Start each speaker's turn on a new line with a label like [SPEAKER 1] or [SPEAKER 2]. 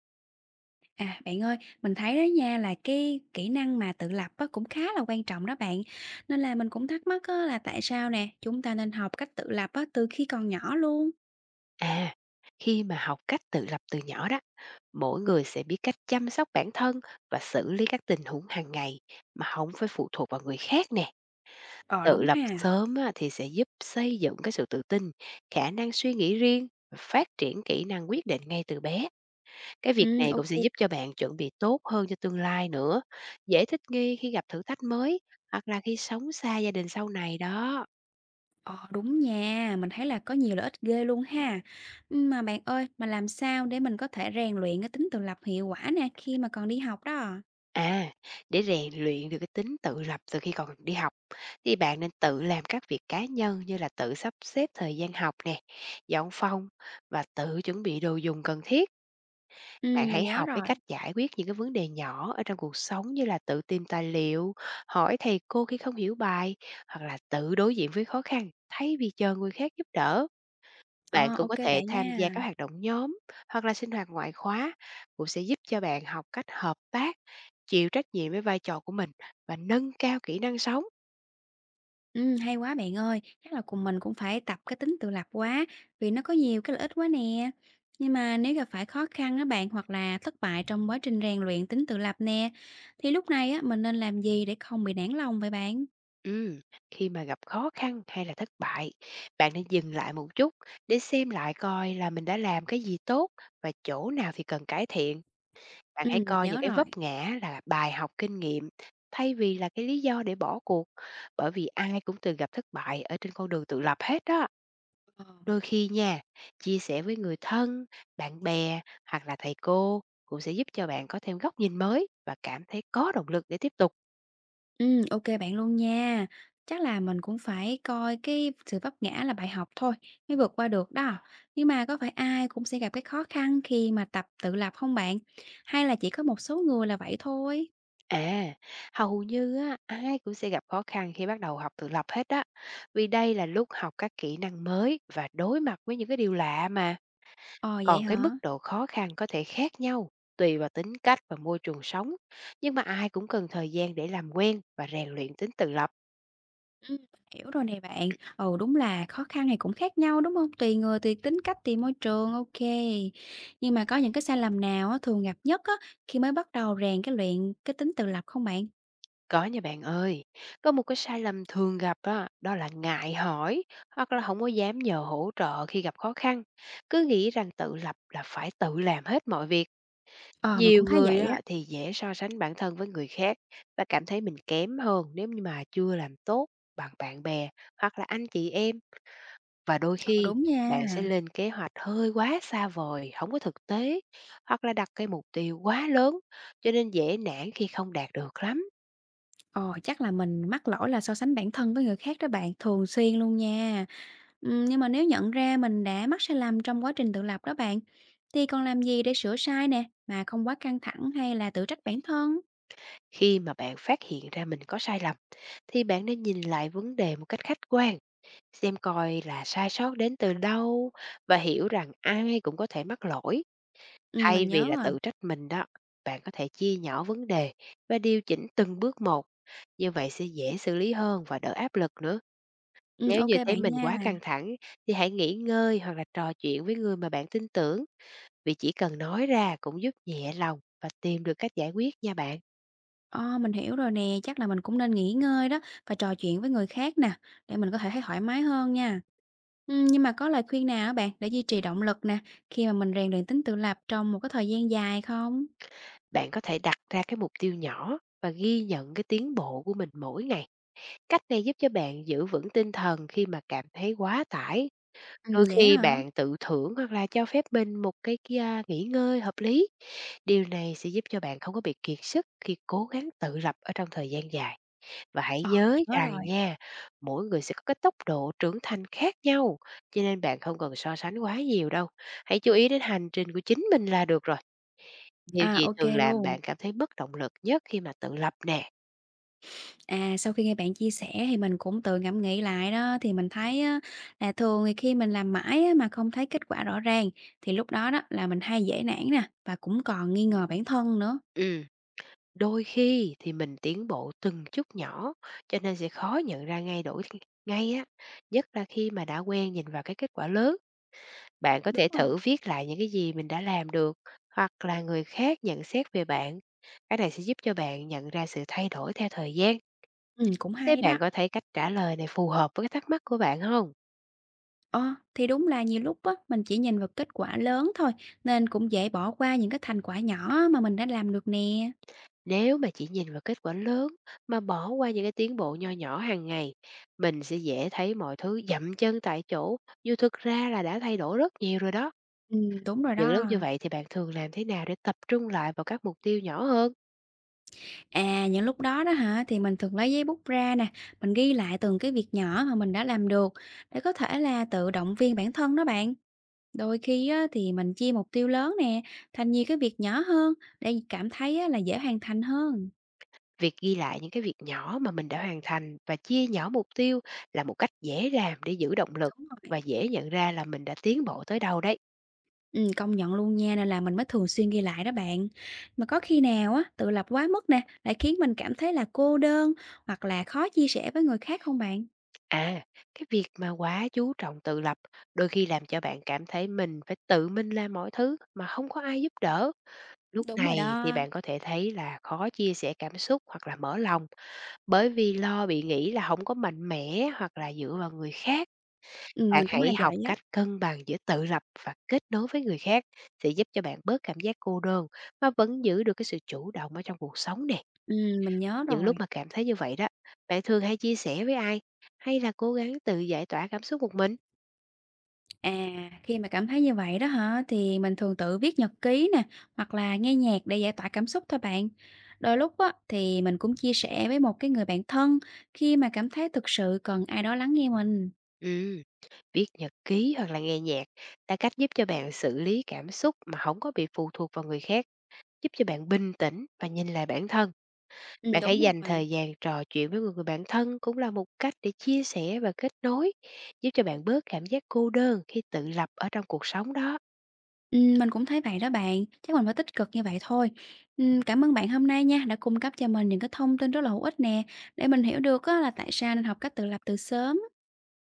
[SPEAKER 1] À, bạn ơi, mình thấy đó nha là cái kỹ năng mà tự lập á, cũng khá là quan trọng đó bạn. Nên là mình cũng thắc mắc á, là tại sao nè, chúng ta nên học cách tự lập á, từ khi còn nhỏ luôn.
[SPEAKER 2] À, khi mà học cách tự lập từ nhỏ đó, mỗi người sẽ biết cách chăm sóc bản thân và xử lý các tình huống hàng ngày mà không phải phụ thuộc vào người khác nè.
[SPEAKER 1] Ờ
[SPEAKER 2] Tự
[SPEAKER 1] đúng
[SPEAKER 2] lập
[SPEAKER 1] ha.
[SPEAKER 2] sớm á, thì sẽ giúp xây dựng cái sự tự tin, khả năng suy nghĩ riêng và phát triển kỹ năng quyết định ngay từ bé. Cái việc
[SPEAKER 1] Ừ,
[SPEAKER 2] này cũng
[SPEAKER 1] ok.
[SPEAKER 2] sẽ giúp cho bạn chuẩn bị tốt hơn cho tương lai nữa, dễ thích nghi khi gặp thử thách mới hoặc là khi sống xa gia đình sau này đó.
[SPEAKER 1] Ờ đúng nha, mình thấy là có nhiều lợi ích ghê luôn ha. Ừ, mà bạn ơi, mà làm sao để mình có thể rèn luyện cái tính tự lập hiệu quả nè khi mà còn đi học đó?
[SPEAKER 2] À, để rèn luyện được cái tính tự lập từ khi còn đi học thì bạn nên tự làm các việc cá nhân như là tự sắp xếp thời gian học nè, dọn phòng và tự chuẩn bị đồ dùng cần thiết. Bạn
[SPEAKER 1] Ừ, mình
[SPEAKER 2] hãy
[SPEAKER 1] nhớ
[SPEAKER 2] học cái
[SPEAKER 1] rồi.
[SPEAKER 2] cách giải quyết những cái vấn đề nhỏ ở trong cuộc sống như là tự tìm tài liệu, hỏi thầy cô khi không hiểu bài hoặc là tự đối diện với khó khăn thay vì chờ người khác giúp đỡ. Bạn
[SPEAKER 1] Ờ
[SPEAKER 2] cũng
[SPEAKER 1] ok
[SPEAKER 2] có thể
[SPEAKER 1] bạn
[SPEAKER 2] tham gia
[SPEAKER 1] nha.
[SPEAKER 2] các hoạt động nhóm hoặc là sinh hoạt ngoại khóa cũng sẽ giúp cho bạn học cách hợp tác, chịu trách nhiệm với vai trò của mình và nâng cao kỹ năng sống.
[SPEAKER 1] Hay quá bạn ơi, chắc là cùng mình cũng phải tập cái tính tự lập quá, vì nó có nhiều cái lợi ích quá nè. Nhưng mà nếu gặp phải khó khăn đó bạn hoặc là thất bại trong quá trình rèn luyện tính tự lập nè, thì lúc này á mình nên làm gì để không bị nản lòng vậy bạn?
[SPEAKER 2] Ừm, Khi mà gặp khó khăn hay là thất bại, bạn nên dừng lại một chút để xem lại coi là mình đã làm cái gì tốt và chỗ nào thì cần cải thiện. Bạn hãy
[SPEAKER 1] Mình
[SPEAKER 2] coi những
[SPEAKER 1] nhớ
[SPEAKER 2] cái
[SPEAKER 1] rồi.
[SPEAKER 2] vấp ngã là bài học kinh nghiệm thay vì là cái lý do để bỏ cuộc, bởi vì ai cũng từng gặp thất bại ở trên con đường tự lập hết đó.
[SPEAKER 1] Ờ, mình-
[SPEAKER 2] Đôi khi nha, chia sẻ với người thân, bạn bè hoặc là thầy cô cũng sẽ giúp cho bạn có thêm góc nhìn mới và cảm thấy có động lực để tiếp tục.
[SPEAKER 1] Ok bạn luôn nha. Chắc là mình cũng phải coi cái sự vấp ngã là bài học thôi, mới vượt qua được đó. Nhưng mà có phải ai cũng sẽ gặp cái khó khăn khi mà tập tự lập không bạn? Hay là chỉ có một số người là vậy thôi?
[SPEAKER 2] À, hầu như á, ai cũng sẽ gặp khó khăn khi bắt đầu học tự lập hết á. Vì đây là lúc học các kỹ năng mới và đối mặt với những cái điều lạ mà.
[SPEAKER 1] Ờ vậy
[SPEAKER 2] Còn cái
[SPEAKER 1] hả?
[SPEAKER 2] mức độ khó khăn có thể khác nhau tùy vào tính cách và môi trường sống. Nhưng mà ai cũng cần thời gian để làm quen và rèn luyện tính tự lập.
[SPEAKER 1] Ừm, Hiểu rồi nè bạn. Ừ, đúng là khó khăn này cũng khác nhau, đúng không? Tùy người, tùy tính cách, tùy môi trường, ok. Nhưng mà có những cái sai lầm nào á thường gặp nhất á khi mới bắt đầu rèn cái luyện cái tính tự lập không bạn?
[SPEAKER 2] Có nha bạn ơi, có một cái sai lầm thường gặp đó, đó là ngại hỏi hoặc là không có dám nhờ hỗ trợ khi gặp khó khăn. Cứ nghĩ rằng tự lập là phải tự làm hết mọi việc.
[SPEAKER 1] Ờ, mình
[SPEAKER 2] Nhiều
[SPEAKER 1] cũng thấy
[SPEAKER 2] người
[SPEAKER 1] vậy á.
[SPEAKER 2] đó thì dễ so sánh bản thân với người khác và cảm thấy mình kém hơn nếu như mà chưa làm tốt bằng bạn bè hoặc là anh chị em. Và đôi
[SPEAKER 1] Ờ,
[SPEAKER 2] khi
[SPEAKER 1] đúng
[SPEAKER 2] bạn sẽ
[SPEAKER 1] nha.
[SPEAKER 2] lên kế hoạch hơi quá xa vời, không có thực tế hoặc là đặt cái mục tiêu quá lớn cho nên dễ nản khi không đạt được lắm.
[SPEAKER 1] Ờ, chắc là mình mắc lỗi là so sánh bản thân với người khác đó bạn, thường xuyên luôn nha. Nhưng mà nếu nhận ra mình đã mắc sai lầm trong quá trình tự lập đó bạn, thì còn làm gì để sửa sai nè, mà không quá căng thẳng hay là tự trách bản thân?
[SPEAKER 2] Khi mà bạn phát hiện ra mình có sai lầm thì bạn nên nhìn lại vấn đề một cách khách quan, xem coi là sai sót đến từ đâu và hiểu rằng ai cũng có thể mắc lỗi
[SPEAKER 1] Mình
[SPEAKER 2] thay vì
[SPEAKER 1] nhớ
[SPEAKER 2] là
[SPEAKER 1] rồi.
[SPEAKER 2] tự trách mình đó. Bạn có thể chia nhỏ vấn đề và điều chỉnh từng bước một. Như vậy sẽ dễ xử lý hơn và đỡ áp lực nữa. Nếu
[SPEAKER 1] Ô
[SPEAKER 2] như thấy
[SPEAKER 1] bạn
[SPEAKER 2] mình
[SPEAKER 1] nha.
[SPEAKER 2] quá căng thẳng thì hãy nghỉ ngơi hoặc là trò chuyện với người mà bạn tin tưởng, vì chỉ cần nói ra cũng giúp nhẹ lòng và tìm được cách giải quyết nha bạn.
[SPEAKER 1] Ờ, mình hiểu rồi nè, chắc là mình cũng nên nghỉ ngơi đó và trò chuyện với người khác nè, để mình có thể thấy thoải mái hơn nha. Nhưng mà có lời khuyên nào á bạn để duy trì động lực nè, khi mà mình rèn luyện tính tự lập trong một cái thời gian dài không?
[SPEAKER 2] Bạn có thể đặt ra cái mục tiêu nhỏ và ghi nhận cái tiến bộ của mình mỗi ngày. Cách này giúp cho bạn giữ vững tinh thần khi mà cảm thấy quá tải. Đôi
[SPEAKER 1] Vậy á
[SPEAKER 2] khi
[SPEAKER 1] hả?
[SPEAKER 2] bạn tự thưởng hoặc là cho phép mình một cái kia nghỉ ngơi hợp lý. Điều này sẽ giúp cho bạn không có bị kiệt sức khi cố gắng tự lập ở trong thời gian dài. Và hãy
[SPEAKER 1] Ờ, mình
[SPEAKER 2] nhớ
[SPEAKER 1] nhớ
[SPEAKER 2] rằng
[SPEAKER 1] rồi.
[SPEAKER 2] nha, mỗi người sẽ có cái tốc độ trưởng thành khác nhau, cho nên bạn không cần so sánh quá nhiều đâu. Hãy chú ý đến hành trình của chính mình là được rồi. Điều
[SPEAKER 1] À,
[SPEAKER 2] gì
[SPEAKER 1] OK
[SPEAKER 2] thường làm
[SPEAKER 1] luôn.
[SPEAKER 2] bạn cảm thấy mất động lực nhất khi mà tự lập nè?
[SPEAKER 1] À, sau khi nghe bạn chia sẻ thì mình cũng tự ngẫm nghĩ lại đó, thì mình thấy á, là thường thì khi mình làm mãi á, mà không thấy kết quả rõ ràng, thì lúc đó đó là mình hay dễ nản nè, và cũng còn nghi ngờ bản thân nữa.
[SPEAKER 2] Ừm, Đôi khi thì mình tiến bộ từng chút nhỏ, cho nên sẽ khó nhận ra ngay đổi ngay á, nhất là khi mà đã quen nhìn vào cái kết quả lớn. Bạn có
[SPEAKER 1] Đúng
[SPEAKER 2] thể
[SPEAKER 1] rồi.
[SPEAKER 2] thử viết lại những cái gì mình đã làm được, hoặc là người khác nhận xét về bạn. Cái này sẽ giúp cho bạn nhận ra sự thay đổi theo thời gian.
[SPEAKER 1] Cũng
[SPEAKER 2] Thế
[SPEAKER 1] hay đó.
[SPEAKER 2] bạn có thấy cách trả lời này phù hợp với cái thắc mắc của bạn không?
[SPEAKER 1] Ờ, thì đúng là nhiều lúc á, mình chỉ nhìn vào kết quả lớn thôi, nên cũng dễ bỏ qua những cái thành quả nhỏ mà mình đã làm được nè.
[SPEAKER 2] Nếu mà chỉ nhìn vào kết quả lớn mà bỏ qua những cái tiến bộ nho nhỏ hàng ngày, mình sẽ dễ thấy mọi thứ dậm chân tại chỗ, dù thực ra là đã thay đổi rất nhiều rồi đó.
[SPEAKER 1] Đúng rồi
[SPEAKER 2] Những lúc
[SPEAKER 1] đó.
[SPEAKER 2] như vậy thì bạn thường làm thế nào để tập trung lại vào các mục tiêu nhỏ hơn?
[SPEAKER 1] À, những lúc đó đó hả, thì mình thường lấy giấy bút ra nè, mình ghi lại từng cái việc nhỏ mà mình đã làm được, để có thể là tự động viên bản thân đó bạn. Đôi khi á, thì mình chia mục tiêu lớn nè, thành nhiều cái việc nhỏ hơn, để cảm thấy á, là dễ hoàn thành hơn.
[SPEAKER 2] Việc ghi lại những cái việc nhỏ mà mình đã hoàn thành và chia nhỏ mục tiêu là một cách dễ làm để giữ động lực
[SPEAKER 1] Đúng rồi.
[SPEAKER 2] và dễ nhận ra là mình đã tiến bộ tới đâu đấy.
[SPEAKER 1] Công nhận luôn nha, nên là mình mới thường xuyên ghi lại đó bạn. Mà có khi nào á, tự lập quá mức nè, lại khiến mình cảm thấy là cô đơn hoặc là khó chia sẻ với người khác không bạn?
[SPEAKER 2] À, cái việc mà quá chú trọng tự lập đôi khi làm cho bạn cảm thấy mình phải tự mình làm mọi thứ mà không có ai giúp đỡ. Lúc
[SPEAKER 1] Đúng rồi
[SPEAKER 2] này thì
[SPEAKER 1] đó.
[SPEAKER 2] bạn có thể thấy là khó chia sẻ cảm xúc hoặc là mở lòng, bởi vì lo bị nghĩ là không có mạnh mẽ hoặc là dựa vào người khác. Bạn
[SPEAKER 1] Mình cũng
[SPEAKER 2] hãy
[SPEAKER 1] hay
[SPEAKER 2] học
[SPEAKER 1] vậy á.
[SPEAKER 2] cách cân bằng giữa tự lập và kết nối với người khác sẽ giúp cho bạn bớt cảm giác cô đơn mà vẫn giữ được cái sự chủ động ở trong cuộc sống nè.
[SPEAKER 1] Mình nhớ
[SPEAKER 2] Những lúc
[SPEAKER 1] rồi.
[SPEAKER 2] mà cảm thấy như vậy đó, bạn thường hay chia sẻ với ai hay là cố gắng tự giải tỏa cảm xúc một mình?
[SPEAKER 1] À, khi mà cảm thấy như vậy đó hả, thì mình thường tự viết nhật ký nè, hoặc là nghe nhạc để giải tỏa cảm xúc thôi bạn. Đôi lúc á, thì mình cũng chia sẻ với một cái người bạn thân khi mà cảm thấy thực sự cần ai đó lắng nghe mình.
[SPEAKER 2] Ừm, Viết nhật ký hoặc là nghe nhạc là cách giúp cho bạn xử lý cảm xúc mà không có bị phụ thuộc vào người khác. Giúp cho bạn bình tĩnh và nhìn lại bản thân. Bạn
[SPEAKER 1] Đúng
[SPEAKER 2] hãy dành
[SPEAKER 1] rồi.
[SPEAKER 2] thời gian trò chuyện với người người bạn thân cũng là một cách để chia sẻ và kết nối, giúp cho bạn bớt cảm giác cô đơn khi tự lập ở trong cuộc sống đó.
[SPEAKER 1] Mình cũng thấy vậy đó bạn, chắc mình phải tích cực như vậy thôi. Cảm ơn bạn hôm nay nha, đã cung cấp cho mình những cái thông tin rất là hữu ích nè, để mình hiểu được á là tại sao nên học cách tự lập từ sớm.